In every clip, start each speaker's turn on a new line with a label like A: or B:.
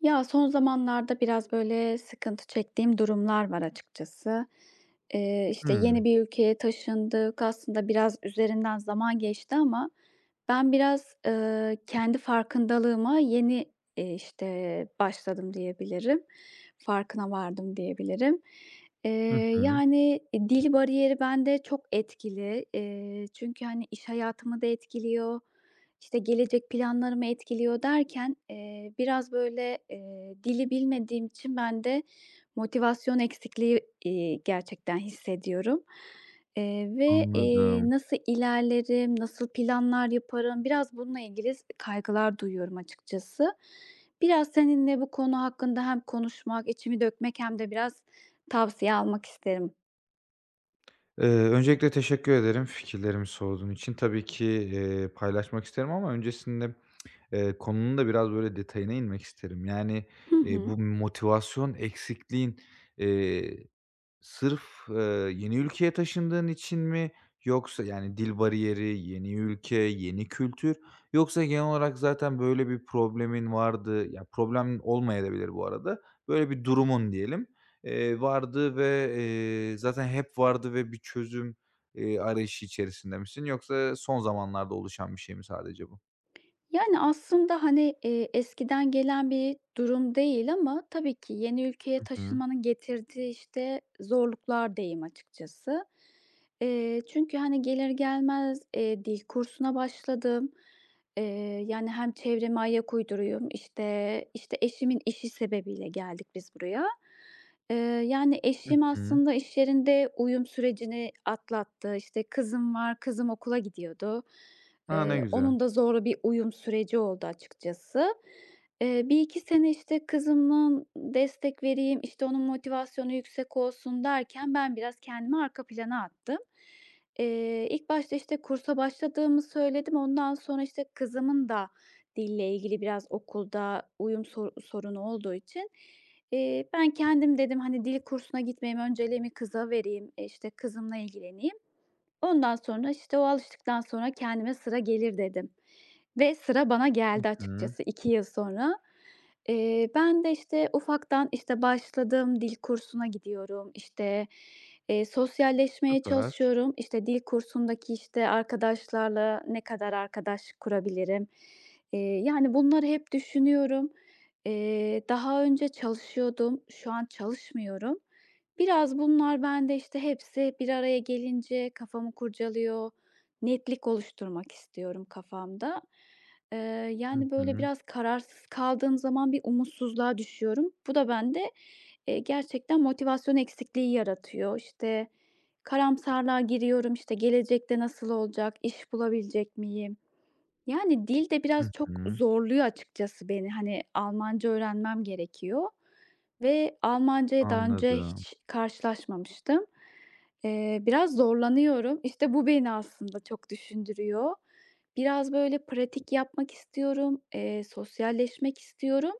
A: Ya, son zamanlarda biraz, böyle, sıkıntı çektiğim durumlar var açıkçası. İşte, yeni
B: Hımm.
A: bir ülkeye taşındık. Aslında biraz üzerinden zaman geçti ama ben biraz, kendi farkındalığıma yeni, işte, başladım diyebilirim. Farkına vardım diyebilirim. Eee,
B: Hı hı.
A: yani, dil bariyeri bende çok etkili. Çünkü, hani, iş hayatımı da etkiliyor. İşte, gelecek planlarımı etkiliyor derken, biraz, böyle, dili bilmediğim için ben de motivasyon eksikliği, gerçekten hissediyorum, ve,
B: Anladım.
A: nasıl ilerlerim, nasıl planlar yaparım, biraz bununla ilgili kaygılar duyuyorum açıkçası. Biraz seninle bu konu hakkında hem konuşmak, içimi dökmek hem de biraz tavsiye almak isterim.
B: Öncelikle teşekkür ederim fikirlerimi sorduğun için. Tabii ki, paylaşmak isterim ama öncesinde, konunun da biraz böyle detayına inmek isterim. Yani,
A: Hı hı.
B: bu motivasyon eksikliğin, eee Sırf, eee, yeni ülkeye taşındığın için mi yoksa, yani, dil bariyeri, yeni ülke, yeni kültür yoksa genel olarak zaten böyle bir problemin vardı, ya, problem olmayabilir bu arada, böyle bir durumun diyelim, vardı ve, zaten hep vardı ve bir çözüm, arayışı içerisinde misin yoksa son zamanlarda oluşan bir şey mi sadece bu?
A: Yani, aslında, hani, eskiden gelen bir durum değil ama tabii ki yeni ülkeye
B: Hı hı.
A: taşınmanın getirdiği, işte, zorluklar diyeyim açıkçası. Çünkü, hani, gelir gelmez, dil kursuna başladım. Yani, hem çevreme ayak uyduruyorum, işte, eşimin işi sebebiyle geldik biz buraya. Eee, yani,
B: Hı
A: eşim
B: hı.
A: aslında iş yerinde uyum sürecini atlattı. İşte, kızım var, kızım okula gidiyordu.
B: A, ne
A: Eee,
B: güzel.
A: onun da zorlu bir uyum süreci oldu açıkçası. 1-2 sene, işte, kızımdan destek vereyim, işte, onun motivasyonu yüksek olsun derken ben biraz kendimi arka plana attım. İlk başta, işte, kursa başladığımı söyledim. Ondan sonra, işte, kızımın da dille ilgili biraz okulda uyum sorunu olduğu için, ben kendim dedim, hani, dil kursuna gitmeyeyim, önceliğimi kıza vereyim, işte, kızımla ilgileneyim. Ondan sonra, işte, o alıştıktan sonra kendime sıra gelir dedim ve sıra bana
B: Hı
A: geldi
B: hı.
A: açıkçası 2 yıl sonra. Ben de, işte, ufaktan, işte, başladım, dil kursuna gidiyorum, işte, sosyalleşmeye
B: Süper.
A: çalışıyorum. İşte, dil kursundaki, işte, arkadaşlarla ne kadar arkadaş kurabilirim? Yani, bunları hep düşünüyorum. Daha önce çalışıyordum, şu an çalışmıyorum. Biraz bunlar bende, işte, hepsi bir araya gelince kafamı kurcalıyor. Netlik oluşturmak istiyorum kafamda. Eee,
B: Hı
A: yani, böyle,
B: hı.
A: biraz kararsız kaldığım zaman bir umutsuzluğa düşüyorum. Bu da bende, gerçekten motivasyon eksikliği yaratıyor. İşte, karamsarlığa giriyorum, işte, gelecekte nasıl olacak, iş bulabilecek miyim? Yani, dil de
B: Hı
A: biraz çok
B: hı.
A: zorluyor açıkçası beni. Hani, Almanca öğrenmem gerekiyor ve Almanca'ya daha önce
B: Anladım.
A: hiç karşılaşmamıştım. Biraz zorlanıyorum. İşte, bu beni aslında çok düşündürüyor. Biraz, böyle, pratik yapmak istiyorum, sosyalleşmek istiyorum.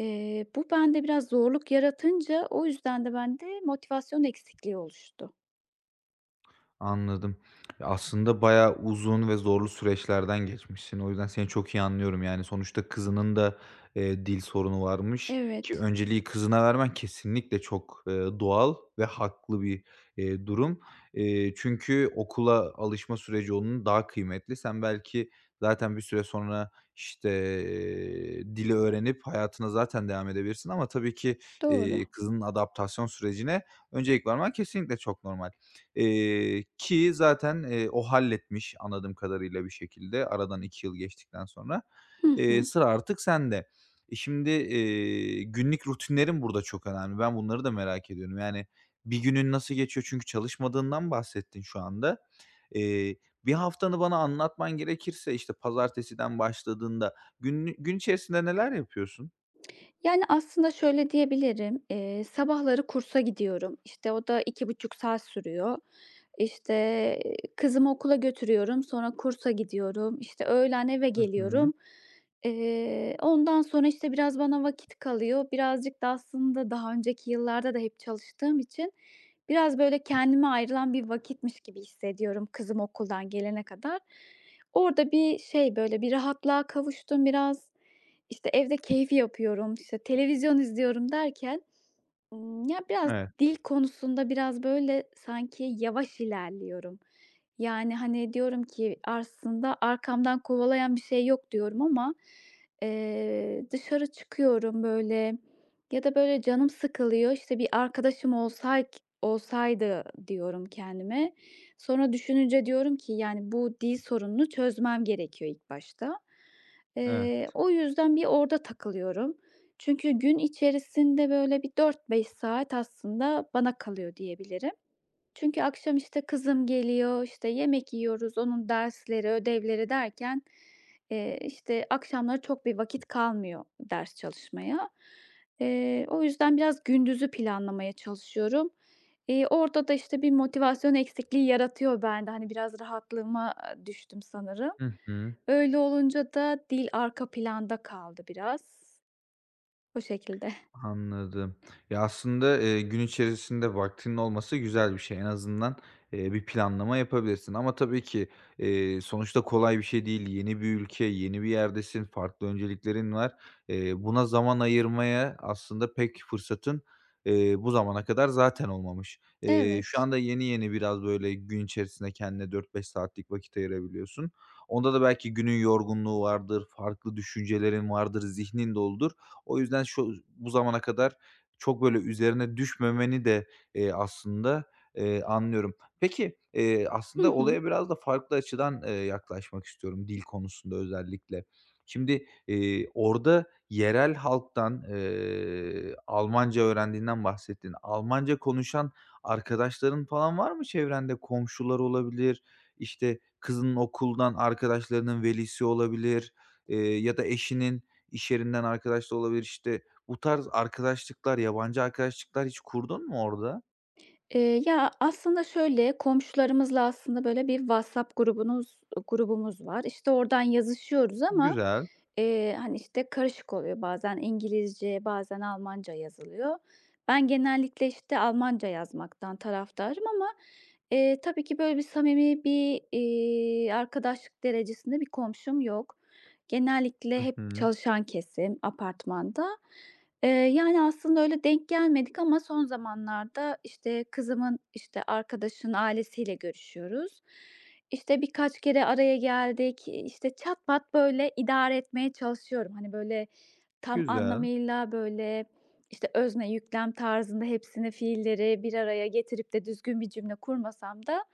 A: Bu bende biraz zorluk yaratınca o yüzden de bende motivasyon eksikliği oluştu.
B: Anladım. Ya, aslında bayağı uzun ve zorlu süreçlerden geçmişsin. O yüzden seni çok iyi anlıyorum. Yani, sonuçta kızının da, dil sorunu varmış ki
A: Evet,
B: önceliği kızına vermen kesinlikle çok, doğal ve haklı bir, durum. Çünkü okula alışma süreci onun daha kıymetli. Sen belki zaten bir süre sonra, işte, dili öğrenip hayatına zaten devam edebilirsin ama tabii ki,
A: doğru.
B: kızının adaptasyon sürecine öncelik vermen kesinlikle çok normal. Ki zaten, o halletmiş anladığım kadarıyla bir şekilde aradan 2 yıl geçtikten sonra.
A: Hı
B: Eee,
A: hı.
B: sıra artık sende. Şimdi, günlük rutinlerin burada çok önemli. Ben bunları da merak ediyorum. Yani bir günün nasıl geçiyor? Çünkü çalışmadığından bahsettin şu anda. Eee, bir haftanı bana anlatman gerekirse, işte, pazartesiden başladığında günlü gün içerisinde neler yapıyorsun?
A: Yani, aslında şöyle diyebilirim, sabahları kursa gidiyorum. İşte, o da 2,5 saat sürüyor. İşte, kızımı okula götürüyorum, sonra kursa gidiyorum. İşte, öğlen eve
B: Hı hı.
A: geliyorum. Ondan sonra, işte, biraz bana vakit kalıyor. Birazcık da aslında daha önceki yıllarda da hep çalıştığım için biraz, böyle, kendime ayrılan bir vakitmiş gibi hissediyorum kızım okuldan gelene kadar. Orada bir şey, böyle, bir rahatlığa kavuştum biraz. İşte, evde keyfi yapıyorum, işte, televizyon izliyorum derken, ya, biraz
B: Evet,
A: dil konusunda biraz, böyle, sanki yavaş ilerliyorum. Yani, hani, diyorum ki aslında arkamdan kovalayan bir şey yok diyorum ama, dışarı çıkıyorum, böyle, ya da, böyle, canım sıkılıyor, işte, bir arkadaşım olsaydı diyorum kendime. Sonra düşününce diyorum ki, yani, bu dil sorununu çözmem gerekiyor ilk başta.
B: evet.
A: O yüzden bir orada takılıyorum. Çünkü gün içerisinde, böyle, bir 4-5 saat aslında bana kalıyor diyebilirim. Çünkü akşam, işte, kızım geliyor, işte, yemek yiyoruz, onun dersleri, ödevleri derken, işte, akşamları çok bir vakit kalmıyor ders çalışmaya. O yüzden biraz gündüzü planlamaya çalışıyorum. Orada da, işte, bir motivasyon eksikliği yaratıyor bende. Hani, biraz rahatlığıma, düştüm sanırım.
B: Hı hı.
A: Öyle olunca da dil arka planda kaldı biraz. O şekilde.
B: Anladım. Ya, aslında, gün içerisinde vaktinin olması güzel bir şey. En azından, bir planlama yapabilirsin ama tabii ki, sonuçta kolay bir şey değil. Yeni bir ülke, yeni bir yerdesin, farklı önceliklerin var. Buna zaman ayırmaya aslında pek fırsatın, bu zamana kadar zaten olmamış. Şu
A: Evet.
B: anda yeni yeni biraz, böyle, gün içerisinde kendine 4-5 saatlik vakit ayırabiliyorsun. Onda da belki günün yorgunluğu vardır, farklı düşüncelerin vardır, zihnin doludur. O yüzden şu bu zamana kadar çok böyle üzerine düşmemeni de, aslında, anlıyorum. Peki,
A: Hı
B: aslında
A: hı.
B: olaya biraz da farklı açıdan, yaklaşmak istiyorum dil konusunda özellikle. Şimdi, orada yerel halktan, Almanca öğrendiğinden bahsettin. Almanca konuşan arkadaşların falan var mı çevrende? Komşular olabilir, işte, kızının okuldan arkadaşlarının velisi olabilir, ya da eşinin, İş yerinden arkadaş da olabilir, işte. Bu tarz arkadaşlıklar, yabancı arkadaşlıklar hiç kurdun mu orada?
A: Ya, aslında şöyle, komşularımızla aslında böyle bir WhatsApp grubumuz var. İşte, oradan yazışıyoruz ama,
B: Güzel.
A: hani, işte, karışık oluyor. Bazen İngilizce, bazen Almanca yazılıyor. Ben genellikle, işte, Almanca yazmaktan taraftarım ama, tabii ki böyle bir samimi bir, arkadaşlık derecesinde bir komşum yok. Genellikle
B: Hı
A: hep
B: hı.
A: çalışan kesim apartmanda. Yani, aslında öyle denk gelmedik ama son zamanlarda, işte, kızımın, işte, arkadaşının ailesiyle görüşüyoruz. İşte, birkaç kere araya geldik. İşte, çat pat, böyle, idare etmeye çalışıyorum. Hani, böyle, tam
B: Güzel.
A: anlamıyla, böyle, işte, özne yüklem tarzında hepsini, fiilleri bir araya getirip de düzgün bir cümle kurmasam da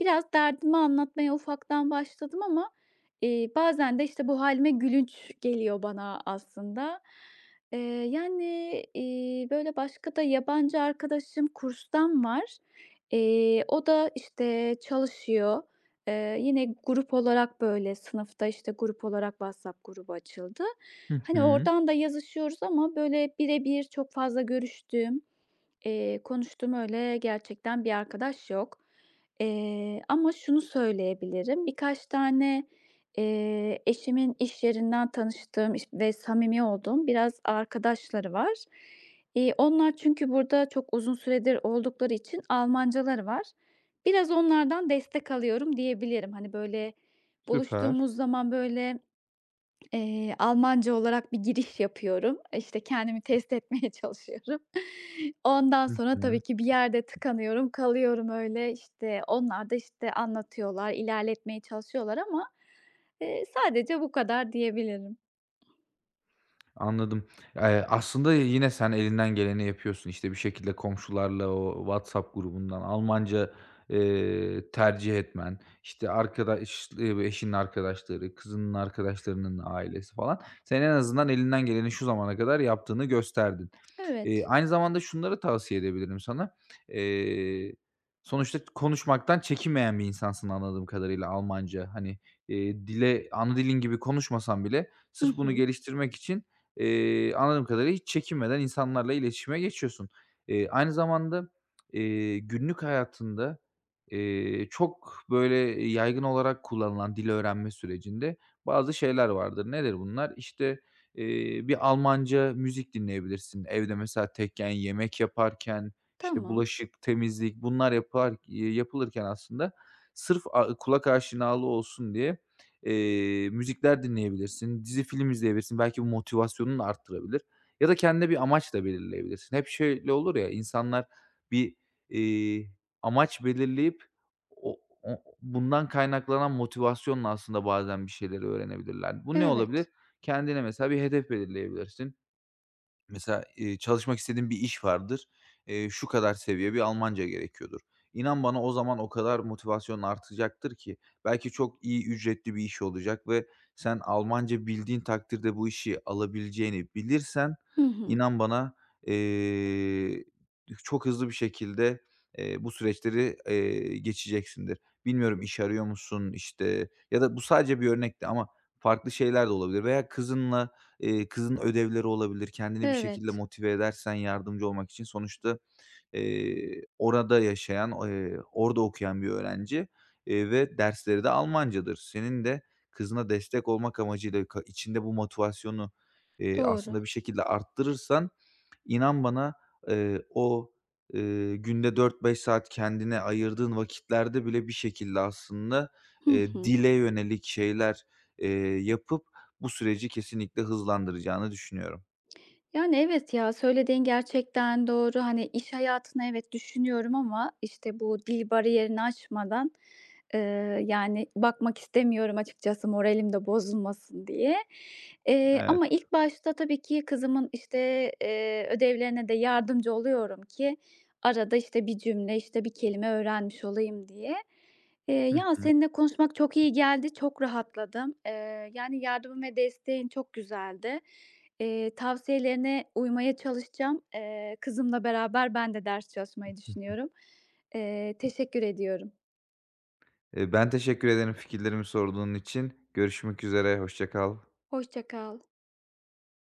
A: biraz derdimi anlatmaya ufaktan başladım ama, bazen de, işte, bu halime gülünç geliyor bana aslında. Eee, yani, böyle, başka da yabancı arkadaşım kurstan var. O da, işte, çalışıyor. Yine grup olarak, böyle, sınıfta, işte, grup olarak WhatsApp grubu açıldı.
B: Hı
A: Hani,
B: hı.
A: oradan da yazışıyoruz ama, böyle, bire bir çok fazla görüştüğüm, konuştuğum öyle gerçekten bir arkadaş yok. Ama şunu söyleyebilirim, birkaç tane eşimin iş yerinden tanıştığım iş ve samimi olduğum biraz arkadaşları var. Onlar çünkü burada çok uzun süredir oldukları için Almancaları var. Biraz onlardan destek alıyorum diyebilirim. Hani, böyle,
B: Süper.
A: buluştuğumuz zaman, böyle, Almanca olarak bir giriş yapıyorum. İşte, kendimi test etmeye çalışıyorum. Ondan
B: Hı
A: sonra tabii
B: hı.
A: ki bir yerde tıkanıyorum, kalıyorum öyle. İşte, onlar da, işte, anlatıyorlar, ilerletmeye çalışıyorlar ama sadece bu kadar diyebilirim.
B: Anladım. Aslında yine sen elinden geleni yapıyorsun. İşte, bir şekilde komşularla o WhatsApp grubundan Almanca, tercih etmen, işte, arkadaş eşinin arkadaşları, kızının arkadaşlarının ailesi falan. Sen en azından elinden geleni şu zamana kadar yaptığını gösterdin. Eee,
A: Evet.
B: aynı zamanda şunları tavsiye edebilirim sana. Eee, sonuçta konuşmaktan çekinmeyen bir insansın anladığım kadarıyla Almanca. Hani, dile ana dilin gibi konuşmasan bile
A: Hı
B: sırf bunu
A: hı.
B: geliştirmek için, anladığım kadarıyla hiç çekinmeden insanlarla iletişime geçiyorsun. Aynı zamanda, günlük hayatında, çok böyle yaygın olarak kullanılan dil öğrenme sürecinde bazı şeyler vardır. Nedir bunlar? İşte, bir Almanca müzik dinleyebilirsin. Evde mesela tekken, yemek yaparken, işte,
A: Tamam.
B: bulaşık, temizlik bunlar yapar yapılırken aslında sırf kulak aşinalığı olsun diye müzikler dinleyebilirsin, dizi film izleyebilirsin. Belki bu motivasyonunu arttırabilir ya da kendine bir amaç da belirleyebilirsin. Hep şöyle olur ya, insanlar bir, eee, amaç belirleyip o bundan kaynaklanan motivasyonla aslında bazen bir şeyleri öğrenebilirler. Bu ne olabilir?
A: Evet.
B: Kendine mesela bir hedef belirleyebilirsin. Mesela, çalışmak istediğin bir iş vardır. Şu kadar seviye bir Almanca gerekiyordur. İnan bana o zaman o kadar motivasyon artacaktır ki belki çok iyi ücretli bir iş olacak ve sen Almanca bildiğin takdirde bu işi alabileceğini bilirsen
A: Hı hı.
B: inan bana, eee, çok hızlı bir şekilde, bu süreçleri, geçeceksindir. Bilmiyorum iş arıyor musun, işte, ya da bu sadece bir örnekti ama farklı şeyler de olabilir veya kızın ödevleri olabilir, kendini bir şekilde
A: Evet.
B: motive edersen yardımcı olmak için. Sonuçta, orada yaşayan, orada okuyan bir öğrenci, ve dersleri de Almancadır. Senin de kızına destek olmak amacıyla içinde bu motivasyonu,
A: Doğru.
B: aslında bir şekilde arttırırsan, İnan bana, o, günde 4-5 saat kendine ayırdığın vakitlerde bile bir şekilde aslında,
A: Hı hı.
B: dile yönelik şeyler, eee, yapıp bu süreci kesinlikle hızlandıracağını düşünüyorum.
A: Yani, evet ya, söylediğin gerçekten doğru. Hani, iş hayatını evet düşünüyorum ama, işte, bu dil bariyerini aşmadan, eee, yani, bakmak istemiyorum açıkçası moralim de bozulmasın diye. Eee,
B: Evet.
A: ama ilk başta tabii ki kızımın, işte, ödevlerine de yardımcı oluyorum ki arada, işte, bir cümle, işte, bir kelime öğrenmiş olayım diye. Eee,
B: Hı
A: ya,
B: hı.
A: seninle konuşmak çok iyi geldi, çok rahatladım. Yani, yardımın ve desteğin çok güzeldi. Tavsiyelerine uymaya çalışacağım. Kızımla beraber ben de ders çalışmayı düşünüyorum. Teşekkür ediyorum.
B: Ben teşekkür ederim fikirlerimi sorduğun için. Görüşmek üzere, hoşça kal.
A: Hoşça kal.